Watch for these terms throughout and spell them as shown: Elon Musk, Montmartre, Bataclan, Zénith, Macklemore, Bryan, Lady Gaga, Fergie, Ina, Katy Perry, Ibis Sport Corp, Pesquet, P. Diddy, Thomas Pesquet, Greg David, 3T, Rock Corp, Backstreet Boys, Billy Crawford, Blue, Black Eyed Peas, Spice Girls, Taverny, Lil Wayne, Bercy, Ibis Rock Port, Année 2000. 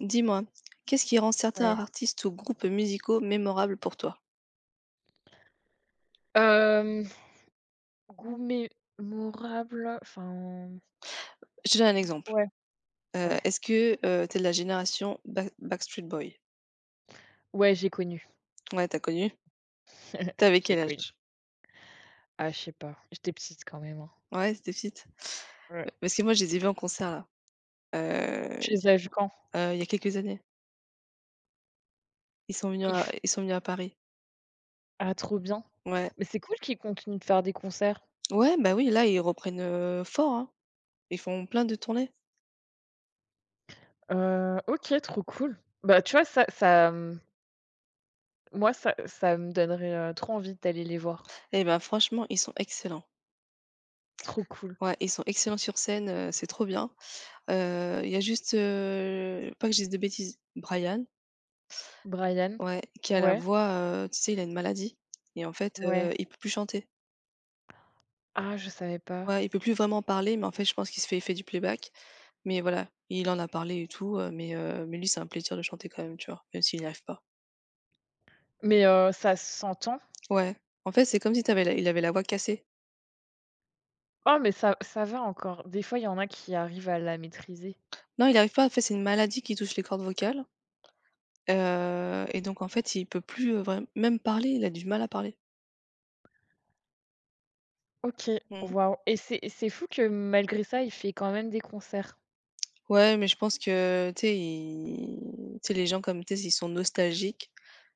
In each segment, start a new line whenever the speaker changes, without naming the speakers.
Dis-moi, qu'est-ce qui rend certains
Ouais.
artistes ou groupes musicaux mémorables pour toi?
Hem, Goût mémorable, enfin,
Je te donne un exemple.
ouais,
Heu,
ouais.
est-ce que, heu, tu de la génération Backstreet Boys?
Ouais, j'ai connu.
Ouais, t'as connu? Tu avais
J'ai
quel
connu.
âge?
Ah, je sais pas, j'étais petite quand même, hein.
Ouais, c'était petite?
Ouais.
Parce que moi, je les ai vus en concert là, heu
Tu les as vus quand?
il y a quelques années.
Ils f
Ils sont venus à Paris.
Ah, trop bien.
Ouais.
Mais c'est cool qu'ils continuent de faire des concerts.
Ouais, bah oui, là, ils reprennent, fort, hein. Ils font plein de tournées
OK, trop cool. Bah, tu vois, ça ça, moi, ça ça me donnerait, trop envie d'aller les voir.
et ben franchement, ils sont excellents.
Trop cool.
Ouais, ils sont excellents sur scène, c'est trop bien. Il y a juste, pas que je dise de bêtises, Brian.
Bryan,
Ouais, qui a la
ouais,
voix, tu sais, il a une maladie et en fait,
ouais.
il peut plus chanter.
Ah, je savais pas.
Ouais, il peut plus vraiment parler, mais en fait, je pense qu'il se fait il fait du playback, mais voilà, il en a parlé et tout, mais lui, c'est un plaisir de chanter quand même, tu vois? Même s'il y arrive pas.
Mais ça s'entend?
Ouais, en fait, c'est comme si tu avais la il avait la voix cassée.
Oh mais ça ça va encore. Des fois, il y en a qui arrivent à la maîtriser.
Non, il arrive pas, en fait, c'est une maladie qui touche les cordes vocales, et donc en fait, il peut plus, vraim même parler, il a du mal à parler.
OK,
Mmh.
waouh et c'est fou que malgré ça, il fait quand même des concerts.
Ouais, mais je pense que, tu sais, ils tu sais, les gens comme tu sais, ils sont nostalgiques,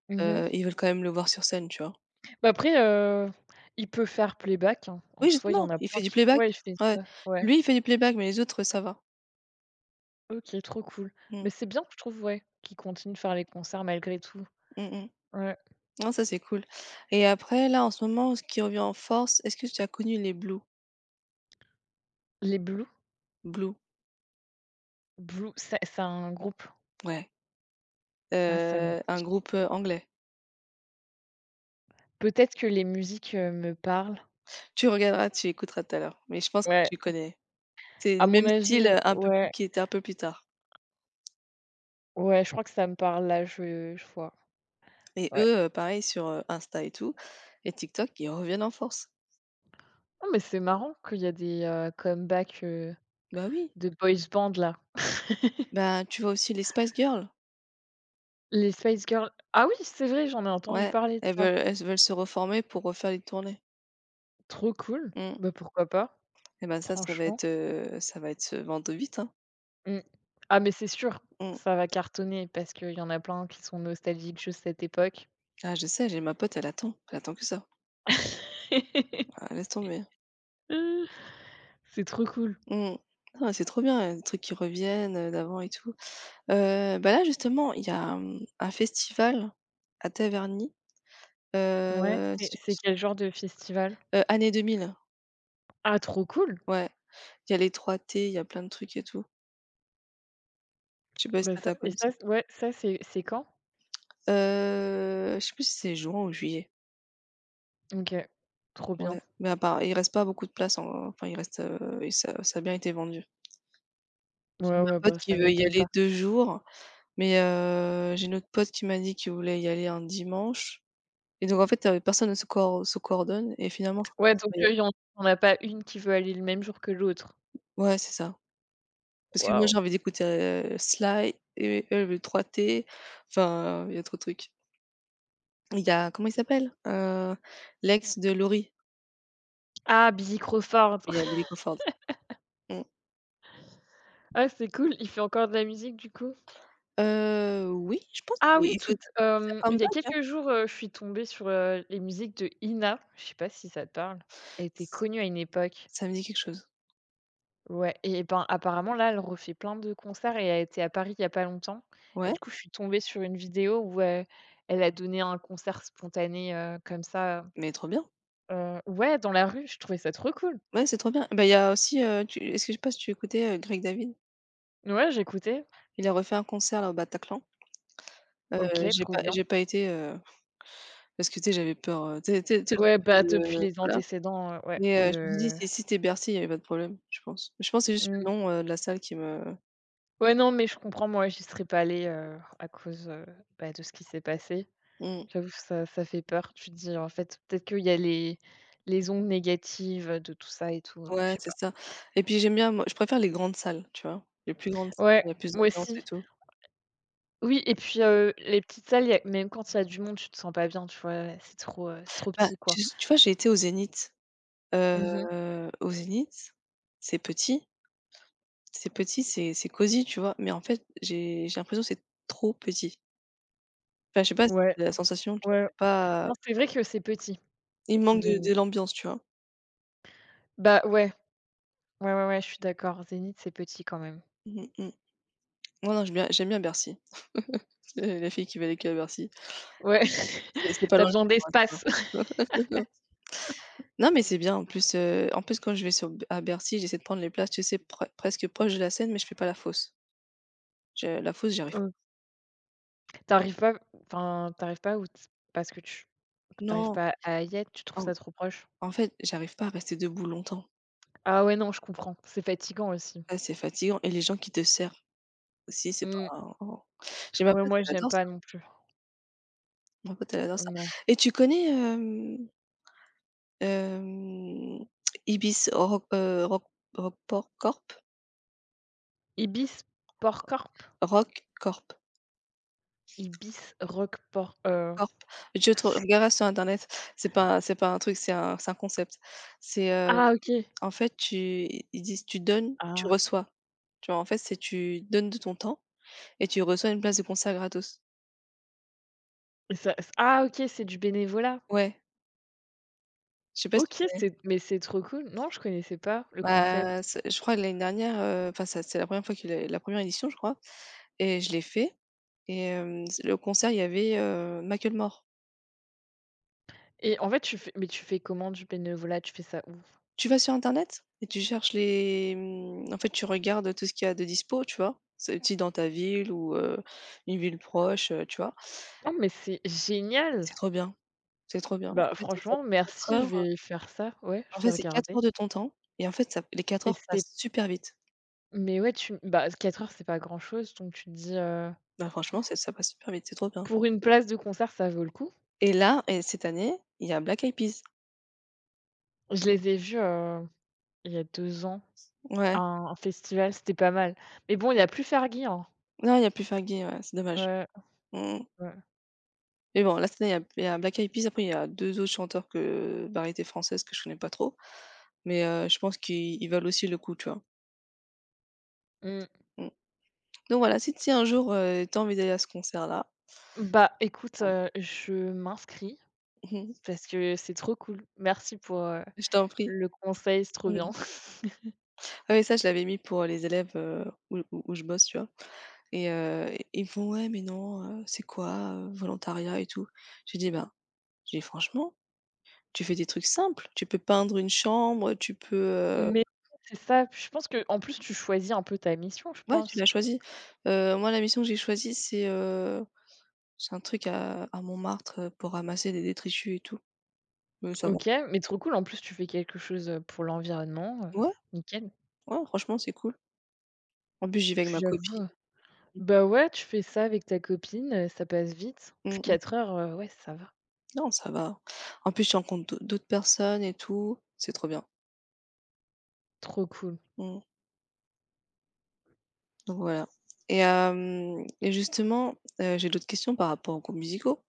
Mmh.
ils veulent quand même le voir sur scène, tu vois?
Bah, après, il peut faire playback, hein. En
Oui,
soi, il y en
justement,
a
il
plein
fait du
qui
playback.
ouais, il fait
Ouais.
ça, ouais.
Lui, il fait du playback, mais les autres, ça va.
OK, trop cool. Mais
Mmh.
c'est bien, je trouve, ouais, qu'il continue de faire les concerts malgré tout.
Mmh mh.
Ouais.
Non, ça, c'est cool et après, là, en ce moment, ce qui revient en force, est-ce que tu as connu les Blue?
Les blues.
Blue,
Blue, c'est un groupe.
ouais,
Ah ça me
un groupe, anglais.
Peut-être que les musiques, me parlent.
Tu regarderas, tu écouteras tout à l'heure, mais je pense que
Ouais,
tu connais. C'est
à
du
mon
même
avis,
style, un peu plus
ouais,
qui était un peu plus tard
ouais, je crois que ça me parle là, je vois.
et
Ouais.
eux, pareil sur, Insta et tout et TikTok, ils reviennent en force.
Ah, mais c'est marrant qu'il y a des, comebacks,
Bah oui,
de boys band là.
bah, tu vois aussi les Spice Girls.
Les Spice Girls, ah oui, c'est vrai, j'en ai entendu
Ouais,
parler de
elles
ça.
veulent elles veulent se reformer pour refaire les tournées.
Trop cool.
Mmh.
Bah, pourquoi pas,
Eh ben, ça, ça va
franchement.
être, heu, ça va être se vendre vite, hein.
Mmh. Ah, mais c'est sûr,
Mmh.
ça va cartonner parce qu'il y en a plein qui sont nostalgiques de cette époque.
Ah, je sais, j'ai ma pote, elle attend que ça. Ah, laisse tomber.
C'est trop cool.
Mmh. Non, c'est trop bien, les trucs qui reviennent, d'avant et tout. Bah, là, justement, il y a, mmh, un festival à Taverny,
Ouais, c'est
su
c'est
su
quel genre de festival?
Année 2000,
Ah, trop cool!
ouais. Il y a plein de trucs et tout. Je sais pas si
Bah, ça
t'as
et
connu ça?
ça, ouais, ça c'est quand?
Je sais plus si c'est juin ou juillet.
OK, trop bien.
Ouais, mais à part il reste pas beaucoup de places en enfin, il reste, et ça ça a bien été vendu. J'ai
Ouais,
ma
ouais,
pote
bah, ça
qui veut y
m'étonne.
aller 2 jours, mais j'ai une autre pote qui m'a dit qu'il voulait y aller un dimanche et donc en fait, personne ne se coordonne et finalement je crois
Ouais, donc
que c'est-
il y en on y a pas une qui veut aller le même jour que l'autre.
ouais, c'est ça. Parce que moi,
Waouh.
j'ai envie d'écouter, Sly et eux, ils veulent 3T, enfin, il y a trop de trucs. Il y a comment il s'appelle? L'ex de Laurie,
Ah, Billy Crawford.
il y a Billy Crawford. Mmh.
Ah, c'est cool, il fait encore de la musique du coup?
Oui, je pense
Ah
qu'il
oui,
il fait
tout.
sa
Il y a
comeback, hein?
quelques jours, je suis tombée sur, les musiques de Ina, je sais pas si ça te parle? Elle était connue à une époque.
Ça me dit quelque chose.
Ouais et ben, apparemment là, elle refait plein de concerts et elle était à Paris il y a pas longtemps et
Ouais,
du coup, je suis tombée sur une vidéo où, elle a donné un concert spontané, comme ça,
mais trop bien.
ouais, dans la rue, je trouvais ça trop cool.
Ouais, c'est trop bien. Bah, il y a aussi, tu est-ce que je sais pas si tu écoutais, Greg David?
Ouais, j'écoutais.
Il a refait un concert là au Bataclan. Heu,
OK, trop bien.
j'ai pas été, parce que tu sais, j'avais peur, tu sais
Ouais,
le truc,
bah, depuis les
voilà.
antécédents, ouais,
Mais, je me suis dit
le
si c'était Bercy, il y avait pas de problème, je pense. Je pense que c'est juste
mmh.
le nom, de la salle qui me
Ouais, non, mais je comprends, moi, j'y serais pas allée, à cause, bah, de ce qui s'est passé.
mmh,
J'avoue, ça ça fait peur. Tu te dis: «En fait, peut-être qu'il y a les ondes négatives, de tout ça et tout», je
ouais,
sais pas.
c'est ça. Et puis j'aime bien, moi je préfère les grandes salles, tu vois? Les plus grandes salles,
Ouais,
il y a plus
moi
d'ambiance
aussi.
et tout.
Oui et puis, les petites salles, il y a même quand il y a du monde, tu te sens pas bien, tu vois? C'est trop
Bah,
petit, quoi.
tu vois, j'ai été au Zénith,
Mmh mh.
heu, au Zénith, c'est petit. C'est cosy, tu vois? Mais en fait, j'ai l'impression que c'est trop petit. Enfin, je sais pas si
Ouais,
c'est la sensation, tu vois?
ouais.
C'est
Non,
pas,
c'est vrai que c'est petit,
il manque
Zénith.
de l'ambiance, tu vois?
Bah, ouais, ouais, ouais, ouais, je suis d'accord. Zénith, c'est petit quand même.
Mmh mh. Non, non, j'aime bien Bercy. La fille qui va aller à Bercy.
Ouais,
C'est pas
tu as
loin de
besoin
chez moi, tu
d'espace.
vois? Non, mais c'est bien en plus quand je vais sur à Bercy, j'essaie de prendre les places, tu sais, presque proche de la Seine, mais je fais pas la fosse. Je la fosse, j'arrive arrive
Mmh. Tu pas Enfin, t'arrives pas où t parce que tu t'arrives
non,
pas à y être, tu trouves
en
ça trop proche?
en fait, j'arrive pas à rester debout longtemps.
Ah ouais, non, je comprends, c'est fatigant aussi.
Ça, c'est fatigant et les gens qui te servent aussi, c'est pas
Mmh.
oh. oh. J'ai ma
Ouais,
pote,
moi,
elle
j'aime
adore
pas non plus.
en fait, elle adore ça.
Non.
Et tu connais, hem, Ibis Rock, Rockport Corp?
Ibis Sport Corp,
Rock Corp,
Ibis Rock Port.
Corp. Je te regarderas sur internet. C'est pas un truc, c'est un concept. C'est,
Ah, OK.
en fait, tu ils disent: «Tu donnes, tu
Ah
reçois». Tu vois? En fait, c'est tu donnes de ton temps et tu reçois une place de concert gratos.
et ça Ah, OK, c'est du bénévolat?
Ouais, je sais pas si tu
OK,
connais?
c'est mais c'est trop cool. Non, je connaissais pas le concept
Bah, c'est je crois que l'année dernière, enfin, ça c'est la première fois que est la première édition, je crois. Et je l'ai fait et hem, c le concert, il y avait, Macklemore.
et en fait, tu fais mais tu fais comment du bénévolat? Tu fais ça où?
Tu vas sur internet et tu cherches les mmh, en fait, tu regardes tout ce qu'il y a de dispo, tu vois? C'est si dans ta ville ou une ville proche, tu vois?
Non, mais c'est génial!
C'est trop bien, c'est trop bien. En
Bah,
fait, ça
franchement,
fait 4
merci, je
heures,
vais faire ça. Ouais, je
en
vais
fait, c'est 4
regarder.
heures de ton temps et en fait, ça les 4
Mais
heures
c'est
passent super vite.
mais ouais, tu bah, 4 heures, c'est pas grand-chose, donc tu te dis,
Bah, franchement, c'est ça passe super vite, c'est trop bien
pour une place de concert, ça vaut le coup.
et là et cette année, il y a Black Eyed Peas.
Je les ai vus, il y a 2 ans, à
Ouais.
un festival, c'était pas mal. Mais bon, il y a plus Fergie, hein.
Non, il y a plus Fergie, ouais, c'est dommage.
Ouais,
Mmh.
ouais.
Mais bon, là, cette année, il y a Black Eyed Peas, après il y a 2 autres chanteurs que variété française que je connais pas trop, mais je pense qu'ils valent aussi le coup, tu vois?
Mmh.
Mmh. Donc voilà, si un jour, tu envie d'aller à ce concert-là.
Bah, écoute,
Ouais.
je m'inscris parce que c'est trop cool. Merci pour,
Je t'en prie.
le conseil, c'est trop
Mmh.
bien.
Ah oui, ça, je l'avais mis pour les élèves, où je bosse, tu vois? Et ils me font: «Ouais, mais non, c'est quoi, volontariat et tout?» J'ai dit «Ben», j'ai dis: «Franchement, tu fais des trucs simples, tu peux peindre une chambre, tu peux,»
Mais c'est ça, je pense que en plus, tu choisis un peu ta mission, je
Ouais, tu
pense.
l'as choisi. Moi, la mission que j'ai choisie, c'est un truc à Montmartre, pour ramasser des détritus et tout. Ça va.
OK, mais trop cool. En plus, tu fais quelque chose, pour l'environnement,
Ouais,
nickel.
ouais, franchement, c'est cool. En plus, j'y vais avec
Puis
ma
j'avoue,
copine.
bah, ouais, tu fais ça avec ta copine, ça passe vite. Puis
Mmh mh.
4 heures, ouais, ça va.
Non, ça va. En plus, tu rencontres d'autres personnes et tout, c'est trop bien.
Trop cool.
Mmh. Donc voilà. Et hem et justement, j'ai d'autres questions par rapport aux groupes musicaux.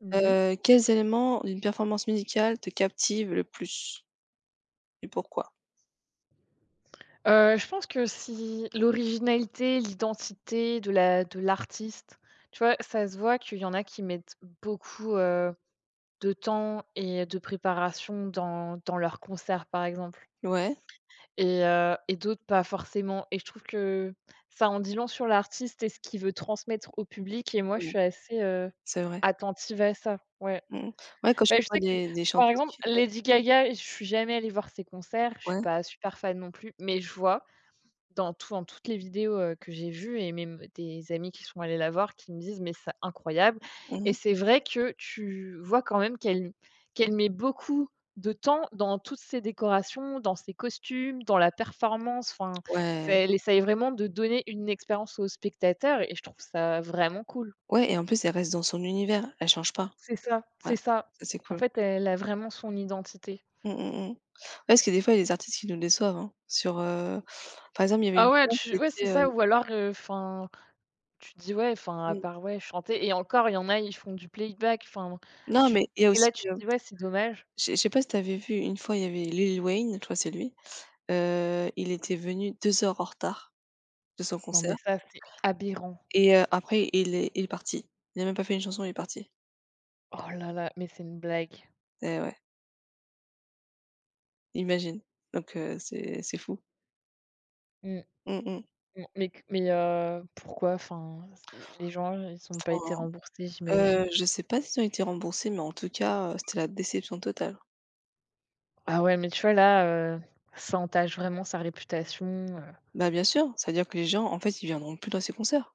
Mmh mh.
Quels éléments d'une performance musicale te captivent le plus et pourquoi?
Je pense que si l'originalité, l'identité de l'artiste, tu vois, ça se voit qu'il y en a qui mettent beaucoup, de temps et de préparation dans leur concert, par exemple.
Ouais,
Et d'autres pas forcément et je trouve que ça en dit long sur l'artiste et ce qu'il veut transmettre au public et moi, je
ouais,
suis assez,
c'est vrai.
attentive à ça. Ouais.
Mmh. Ouais, quand je
Bah, je
vois
sais que,
des
par
chanteurs
exemple,
qui...
Lady Gaga, je suis jamais allée voir ses concerts, je suis
Ouais.
pas super fan non plus, mais je vois dans toutes les vidéos, que j'ai vues et même des amis qui sont allés la voir qui me disent: «Mais c'est incroyable»
Mmh
et
mh.
c'est vrai que tu vois quand même qu'elle met beaucoup de temps dans toutes ses décorations, dans ses costumes, dans la performance, enfin, c'est
Ouais,
elle essaye vraiment de donner une expérience aux spectateurs et je trouve ça vraiment cool.
ouais et en plus, elle reste dans son univers, elle change pas.
C'est ça,
Ouais,
c'est ça.
ça c'est
En
cool.
fait, elle a vraiment son identité.
Mmh mh, mmh. Ouais, parce que des fois, il y a des artistes qui nous déçoivent, hein, sur, par exemple, il y avait
Ah
une
ouais,
fois,
tu ouais, c'est
c'était,
ça ou alors, enfin. Tu te dis: «Ouais, enfin, à
mmh.
part, ouais, chanter» et encore, il y en a, ils font du playback, enfin,
Non,
tu
mais il y a
et là,
aussi,
tu te dis: «Ouais, c'est dommage».
je sais pas si tu avais vu, une fois, il y avait Lil Wayne, je crois c'est lui, il était venu 2 heures en retard de son
Non, mais
concert
ça, c'est aberrant.
et après il est parti. Il a même pas fait une chanson, il est parti.
Oh là là, mais c'est une blague.
Et ouais, imagine. Donc c'est fou.
Mmh,
Mmh mh.
mmh, mais pourquoi? Enfin, c'est les gens, ils ont pas été
Faut...
remboursés, j'imagine.
Je sais pas s'ils ont été remboursés, mais en tout cas, c'était la déception totale.
Ah ouais, mais tu vois, là, heu, ça entache vraiment sa réputation, heu.
Bah, bien sûr, c'est-à-dire que les gens, en fait, ils viendront plus dans ces concerts.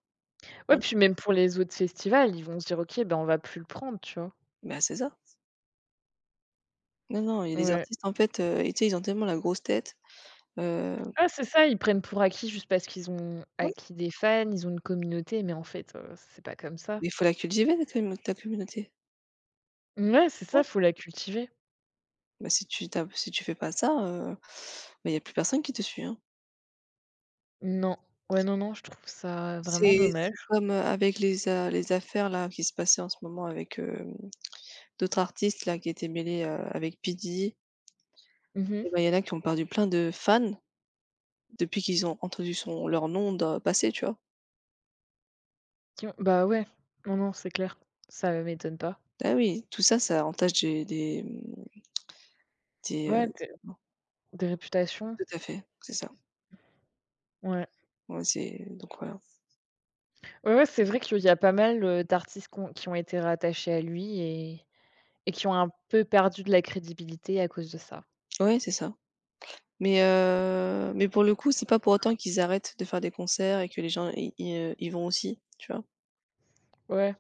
Ouais,
Ben
puis même pour les autres festivals, ils vont se dire: «OK, ben, on va plus le prendre», tu vois?
bah, c'est ça. Non, non, il y a des
Ouais.
artistes, en fait, et tu sais, ils ont tellement la grosse tête, heu,
Ah, c'est ça, ils prennent pour acquis juste parce qu'ils ont
ouais,
acquis des fans, ils ont une communauté, mais en fait, c'est pas comme ça.
mais il faut la cultiver, la commu ta communauté.
Ouais, c'est ça,
Ouais,
faut la cultiver.
bah, si tu fais pas ça, bah, il y a plus personne qui te suit, hein.
Non. Ouais, non, non, je trouve ça vraiment
C'est
dommage.
comme, avec les affaires là qui se passaient en ce moment avec, d'autres artistes là qui étaient mêlés, avec P. Diddy
Mmh.
et bah, il y en a qui ont perdu plein de fans depuis qu'ils ont entendu son leur nom de passer, tu vois?
Qui ont Bah, ouais. Non, non, c'est clair. Ça m'étonne pas.
Ah oui, tout ça, ça entache des.
Ouais, des réputations.
Tout à fait, c'est ça.
Ouais.
Ouais, c'est donc voilà.
Ouais, ouais, c'est vrai qu'il y a pas mal, d'artistes qui ont été rattachés à lui et qui ont un peu perdu de la crédibilité à cause de ça.
Ouais, c'est ça. Mais pour le coup, c'est pas pour autant qu'ils arrêtent de faire des concerts et que les gens y vont aussi, tu vois?
Ouais.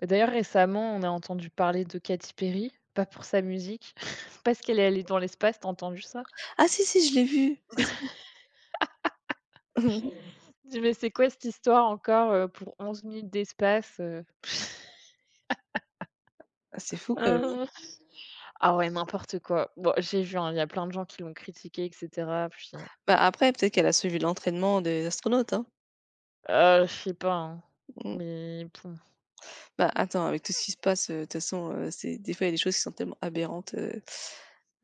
Bah, d'ailleurs, récemment, on a entendu parler de Katy Perry, pas pour sa musique, parce qu'elle est allée dans l'espace. T'as entendu ça?
Ah si, si, je l'ai vue, si, si.
Je dis: «Mais c'est quoi cette histoire encore, pour 11 minutes d'espace?»
Ah c'est fou quand même.
Hein. Ah ouais, n'importe quoi. Bon, j'ai vu, hein, il y a plein de gens qui l'ont critiqué et cetera, puis,
Bah après, peut-être qu'elle a suivi l'entraînement des astronautes, hein.
je sais pas, hein,
Mmh.
mais bon.
Bah, attends, avec tout ce qui se passe, de toute façon, c'est des fois, il y a des choses qui sont tellement aberrantes, heu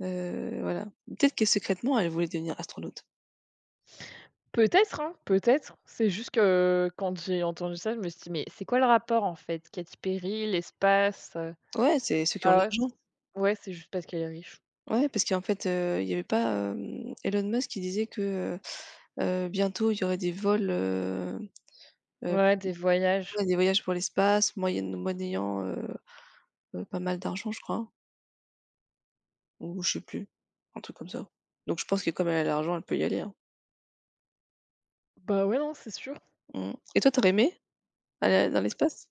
heu, voilà. Peut-être que secrètement, elle voulait devenir astronaute.
Peut-être, hein, peut-être. C'est juste que quand j'ai entendu ça, je me suis dit: «Mais c'est quoi le rapport, en fait? Katy Perry, l'espace?»
Ouais, c'est ceux qui ont de
Ah ouais, c
l'argent.
ouais, c'est juste parce qu'elle est riche.
Ouais, parce qu'en fait, il y avait pas, hem, Elon Musk qui disait que, heu bientôt, il y aurait des vols, heu,
Ouais, des voyages.
ouais, des voyages pour l'espace, moyenne moyennant, pas mal d'argent, je crois, hein, ou je sais plus, un truc comme ça. Donc je pense que comme elle a l'argent, elle peut y aller, hein.
Bah, ouais, non, c'est sûr.
Mmh. Et toi, tu aurais aimé aller dans l'espace?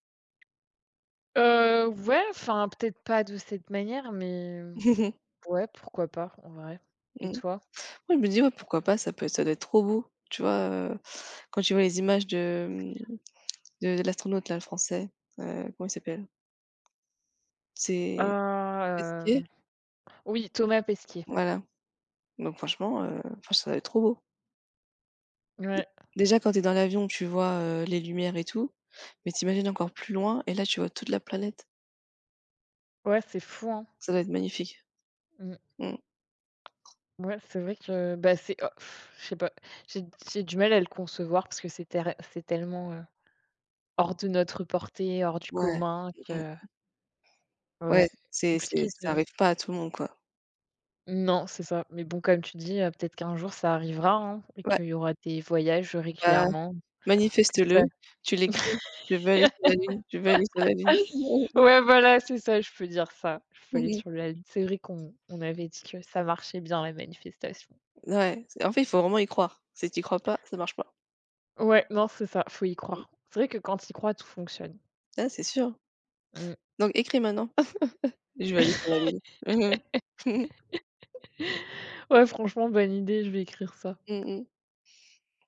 Ouais, enfin, peut-être pas de cette manière, mais ouais, pourquoi pas, en vrai.
Mmh.
Et toi?
Ouais, je me dis: «Ouais, pourquoi pas? Ça doit être trop beau». Tu vois, quand tu vois les images de, mmh, de l'astronaute là, le français, comment il s'appelle? C'est
Ah,
Pesquet,
hem, oui, Thomas Pesquet.
voilà. Donc franchement, enfin ça doit être trop beau.
Ouais,
Déjà quand tu es dans l'avion, tu vois, les lumières et tout, mais tu encore plus loin et là tu vois toute la planète.
ouais, c'est fou, hein.
Ça doit être magnifique.
Mmh.
Mmh.
Ouais, c'est vrai que, bah, c'est oh, pff, je sais pas, j'ai j'ai du mal à le concevoir parce que c'est tellement, hors de notre portée, hors du
Ouais.
commun que
Mmh.
ouais,
Ouais,
compliqué
c'est ça
de
arrive pas à tout le monde, quoi.
non, c'est ça. Mais bon, comme tu dis, peut-être qu'un jour ça arrivera, hein, et
Ouais,
qu'il y aura des voyages
bah,
régulièrement, que
manifeste-le,
ça
tu l'écris: «Je veux aller sur la lune, je veux aller sur la lune».
Ouais, voilà, c'est ça, je peux dire ça. Je faut aller sur la ligne. C'est vrai qu'on avait dit que ça marchait bien la manifestation.
Ouais, c'est en fait, il faut vraiment y croire. Si tu y crois pas, ça marche pas.
Ouais, non, c'est ça, faut y
Mmh.
croire. C'est vrai que quand tu y crois, tout fonctionne.
Ah, c'est sûr.
Mmh.
Donc écris maintenant. Je vais aller sur la lune. Mmh mh.
Ouais, franchement, bonne idée, je vais écrire ça.
Mmh.